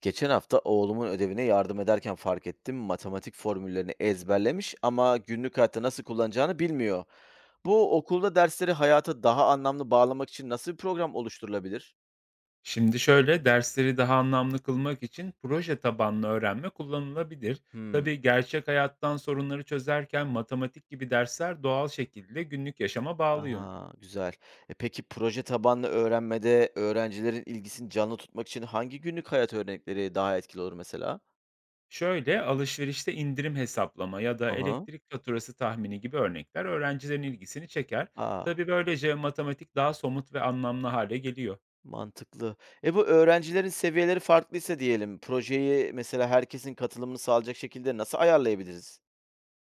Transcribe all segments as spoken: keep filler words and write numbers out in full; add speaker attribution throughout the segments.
Speaker 1: Geçen hafta oğlumun ödevine yardım ederken fark ettim. Matematik formüllerini ezberlemiş ama günlük hayatta nasıl kullanacağını bilmiyor. Bu okulda dersleri hayata daha anlamlı bağlamak için nasıl bir program oluşturulabilir?
Speaker 2: Şimdi şöyle, dersleri daha anlamlı kılmak için proje tabanlı öğrenme kullanılabilir.
Speaker 1: Hmm.
Speaker 2: Tabii gerçek hayattan sorunları çözerken matematik gibi dersler doğal şekilde günlük yaşama bağlıyor.
Speaker 1: Aha, güzel. E peki proje tabanlı öğrenmede öğrencilerin ilgisini canlı tutmak için hangi günlük hayat örnekleri daha etkili olur mesela?
Speaker 2: Şöyle alışverişte indirim hesaplama ya da
Speaker 1: Aha.
Speaker 2: elektrik faturası tahmini gibi örnekler öğrencilerin ilgisini çeker.
Speaker 1: Aa,
Speaker 2: Tabii böylece matematik daha somut ve anlamlı hale geliyor.
Speaker 1: mantıklı. E bu öğrencilerin seviyeleri farklıysa diyelim, projeyi mesela herkesin katılımını sağlayacak şekilde nasıl ayarlayabiliriz?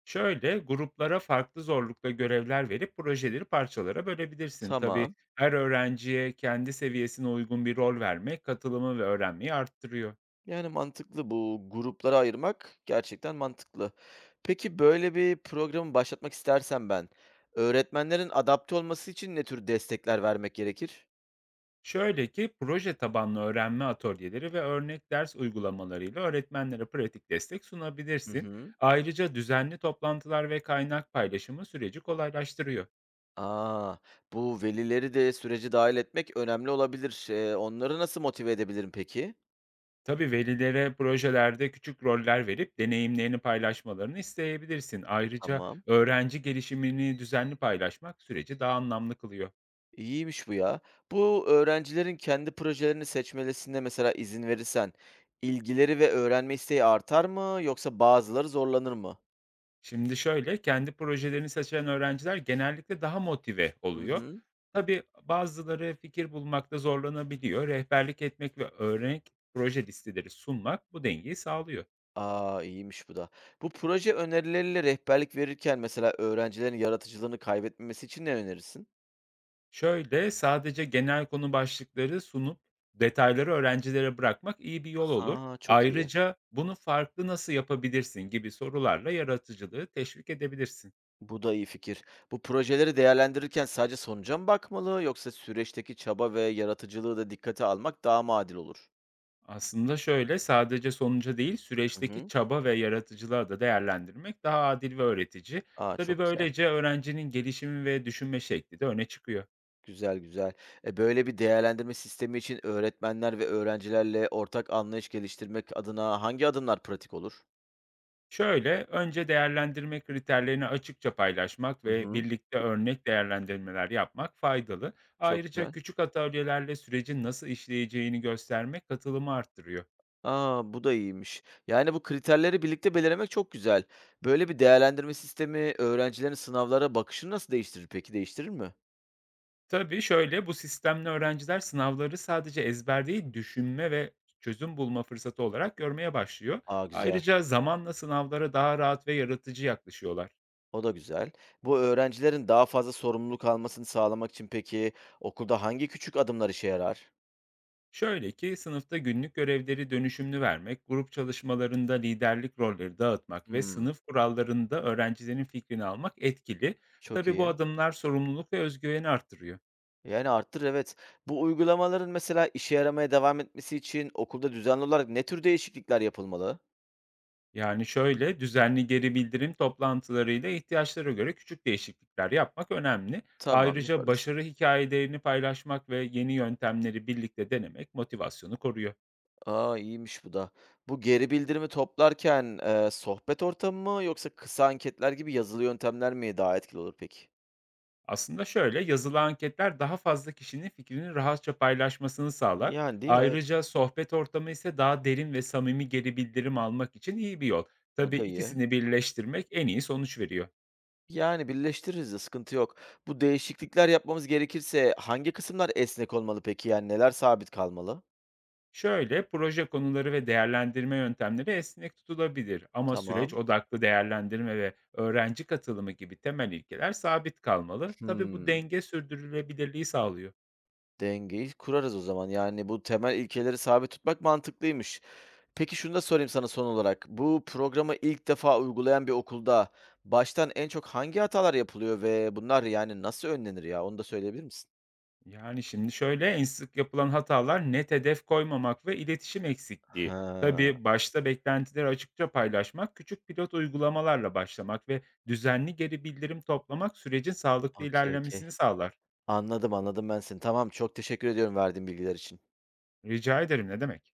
Speaker 2: Şöyle gruplara farklı zorlukta görevler verip projeleri parçalara bölebilirsin. Tabii
Speaker 1: Tamam.
Speaker 2: her öğrenciye kendi seviyesine uygun bir rol vermek katılımı ve öğrenmeyi arttırıyor.
Speaker 1: Yani mantıklı, bu gruplara ayırmak gerçekten mantıklı. Peki böyle bir programı başlatmak istersem ben, öğretmenlerin adapte olması için ne tür destekler vermek gerekir?
Speaker 2: Şöyle ki proje tabanlı öğrenme atölyeleri ve örnek ders uygulamalarıyla öğretmenlere pratik destek
Speaker 1: Hı
Speaker 2: sunabilirsin.
Speaker 1: hı.
Speaker 2: Ayrıca düzenli toplantılar ve kaynak paylaşımı süreci kolaylaştırıyor.
Speaker 1: A, bu velileri de süreci dahil etmek önemli olabilir. Eee, onları nasıl motive edebilirim peki?
Speaker 2: Tabii velilere projelerde küçük roller verip deneyimlerini paylaşmalarını isteyebilirsin. Ayrıca
Speaker 1: Tamam.
Speaker 2: öğrenci gelişimini düzenli paylaşmak süreci daha anlamlı kılıyor.
Speaker 1: İyiymiş bu ya. Bu öğrencilerin kendi projelerini seçmelerine mesela izin verirsen ilgileri ve öğrenme isteği artar mı yoksa bazıları zorlanır mı?
Speaker 2: Şimdi şöyle, kendi projelerini seçen öğrenciler genellikle daha motive
Speaker 1: Hı
Speaker 2: oluyor.
Speaker 1: hı.
Speaker 2: Tabii bazıları fikir bulmakta zorlanabiliyor. Rehberlik etmek ve örnek proje listeleri sunmak bu dengeyi sağlıyor.
Speaker 1: Aa, İyiymiş bu da. Bu proje önerileriyle rehberlik verirken mesela öğrencilerin yaratıcılığını kaybetmemesi için ne önerirsin?
Speaker 2: Şöyle, sadece genel konu başlıkları sunup detayları öğrencilere bırakmak iyi bir yol olur.
Speaker 1: Aha, çok iyi.
Speaker 2: Ayrıca "Bunu farklı nasıl yapabilirsin?" gibi sorularla yaratıcılığı teşvik edebilirsin.
Speaker 1: Bu da iyi fikir. Bu projeleri değerlendirirken sadece sonuca mı bakmalı yoksa süreçteki çaba ve yaratıcılığı da dikkate almak daha mı adil olur?
Speaker 2: Aslında şöyle, sadece sonuca değil,
Speaker 1: Hı
Speaker 2: süreçteki
Speaker 1: hı.
Speaker 2: çaba ve yaratıcılığa da değerlendirmek daha adil ve öğretici.
Speaker 1: Aa,
Speaker 2: Tabii
Speaker 1: çok güzel.
Speaker 2: böylece öğrencinin gelişimi ve düşünme şekli de öne çıkıyor.
Speaker 1: Güzel, güzel. E, böyle bir değerlendirme sistemi için öğretmenler ve öğrencilerle ortak anlayış geliştirmek adına hangi adımlar pratik olur?
Speaker 2: Şöyle, önce değerlendirme kriterlerini açıkça paylaşmak
Speaker 1: Hı
Speaker 2: ve
Speaker 1: hı.
Speaker 2: birlikte örnek değerlendirmeler yapmak faydalı.
Speaker 1: Çok
Speaker 2: Ayrıca
Speaker 1: güzel.
Speaker 2: küçük atölyelerle sürecin nasıl işleyeceğini göstermek katılımı arttırıyor.
Speaker 1: Aa, bu da iyiymiş. Yani bu kriterleri birlikte belirlemek çok güzel. Böyle bir değerlendirme sistemi öğrencilerin sınavlara bakışını nasıl değiştirir peki? Değiştirir mi?
Speaker 2: Tabii şöyle, bu sistemle öğrenciler sınavları sadece ezber değil, düşünme ve çözüm bulma fırsatı olarak görmeye başlıyor.
Speaker 1: Aa, güzel.
Speaker 2: Ayrıca zamanla sınavlara daha rahat ve yaratıcı yaklaşıyorlar.
Speaker 1: O da güzel. Bu öğrencilerin daha fazla sorumluluk almasını sağlamak için peki okulda hangi küçük adımlar işe yarar?
Speaker 2: Şöyle ki sınıfta günlük görevleri dönüşümlü vermek, grup çalışmalarında liderlik rolleri dağıtmak ve
Speaker 1: Hımm,
Speaker 2: sınıf kurallarında öğrencilerin fikrini almak etkili.
Speaker 1: çok
Speaker 2: Tabii bu
Speaker 1: iyi.
Speaker 2: adımlar sorumluluk ve özgüveni arttırıyor.
Speaker 1: Yani arttır, evet. Bu uygulamaların mesela işe yaramaya devam etmesi için okulda düzenli olarak ne tür değişiklikler yapılmalı?
Speaker 2: Yani şöyle düzenli geri bildirim toplantılarıyla ihtiyaçlara göre küçük değişiklikler yapmak önemli.
Speaker 1: Tamam,
Speaker 2: Ayrıca
Speaker 1: yaparız.
Speaker 2: başarı hikayelerini paylaşmak ve yeni yöntemleri birlikte denemek motivasyonu koruyor.
Speaker 1: Aa, iyiymiş bu da. Bu geri bildirimi toplarken, eee, sohbet ortamı mı yoksa kısa anketler gibi yazılı yöntemler mi daha etkili olur peki?
Speaker 2: Aslında şöyle, yazılı anketler daha fazla kişinin fikrini rahatça paylaşmasını sağlar.
Speaker 1: Yani, değil mi? Evet.
Speaker 2: Ayrıca sohbet ortamı ise daha derin ve samimi geri bildirim almak için iyi bir yol.
Speaker 1: O
Speaker 2: Tabii
Speaker 1: da iyi.
Speaker 2: ikisini birleştirmek en iyi sonuç veriyor.
Speaker 1: Yani, birleştiririz de sıkıntı yok. Bu değişiklikler yapmamız gerekirse hangi kısımlar esnek olmalı peki? Yani, neler sabit kalmalı?
Speaker 2: Şöyle, proje konuları ve değerlendirme yöntemleri esnek tutulabilir ama süreç
Speaker 1: Tamam.
Speaker 2: odaklı değerlendirme ve öğrenci katılımı gibi temel ilkeler sabit kalmalı. Tabii bu
Speaker 1: Hımm.
Speaker 2: denge sürdürülebilirliği sağlıyor.
Speaker 1: Dengeyi kurarız o zaman. Yani, bu temel ilkeleri sabit tutmak mantıklıymış. Peki şunu da sorayım sana son olarak. Bu programı ilk defa uygulayan bir okulda baştan en çok hangi hatalar yapılıyor ve bunlar yani nasıl önlenir ya? Onu da söyleyebilir misin?
Speaker 2: Yani, şimdi şöyle, en sık yapılan hatalar net hedef koymamak ve iletişim eksikliği.
Speaker 1: Ha,
Speaker 2: Tabii, başta beklentileri açıkça paylaşmak, küçük pilot uygulamalarla başlamak ve düzenli geri bildirim toplamak sürecin sağlıklı
Speaker 1: okey, okey.
Speaker 2: ilerlemesini sağlar.
Speaker 1: Anladım, anladım ben seni. Tamam, çok teşekkür ediyorum verdiğin bilgiler için.
Speaker 2: Rica ederim, ne demek.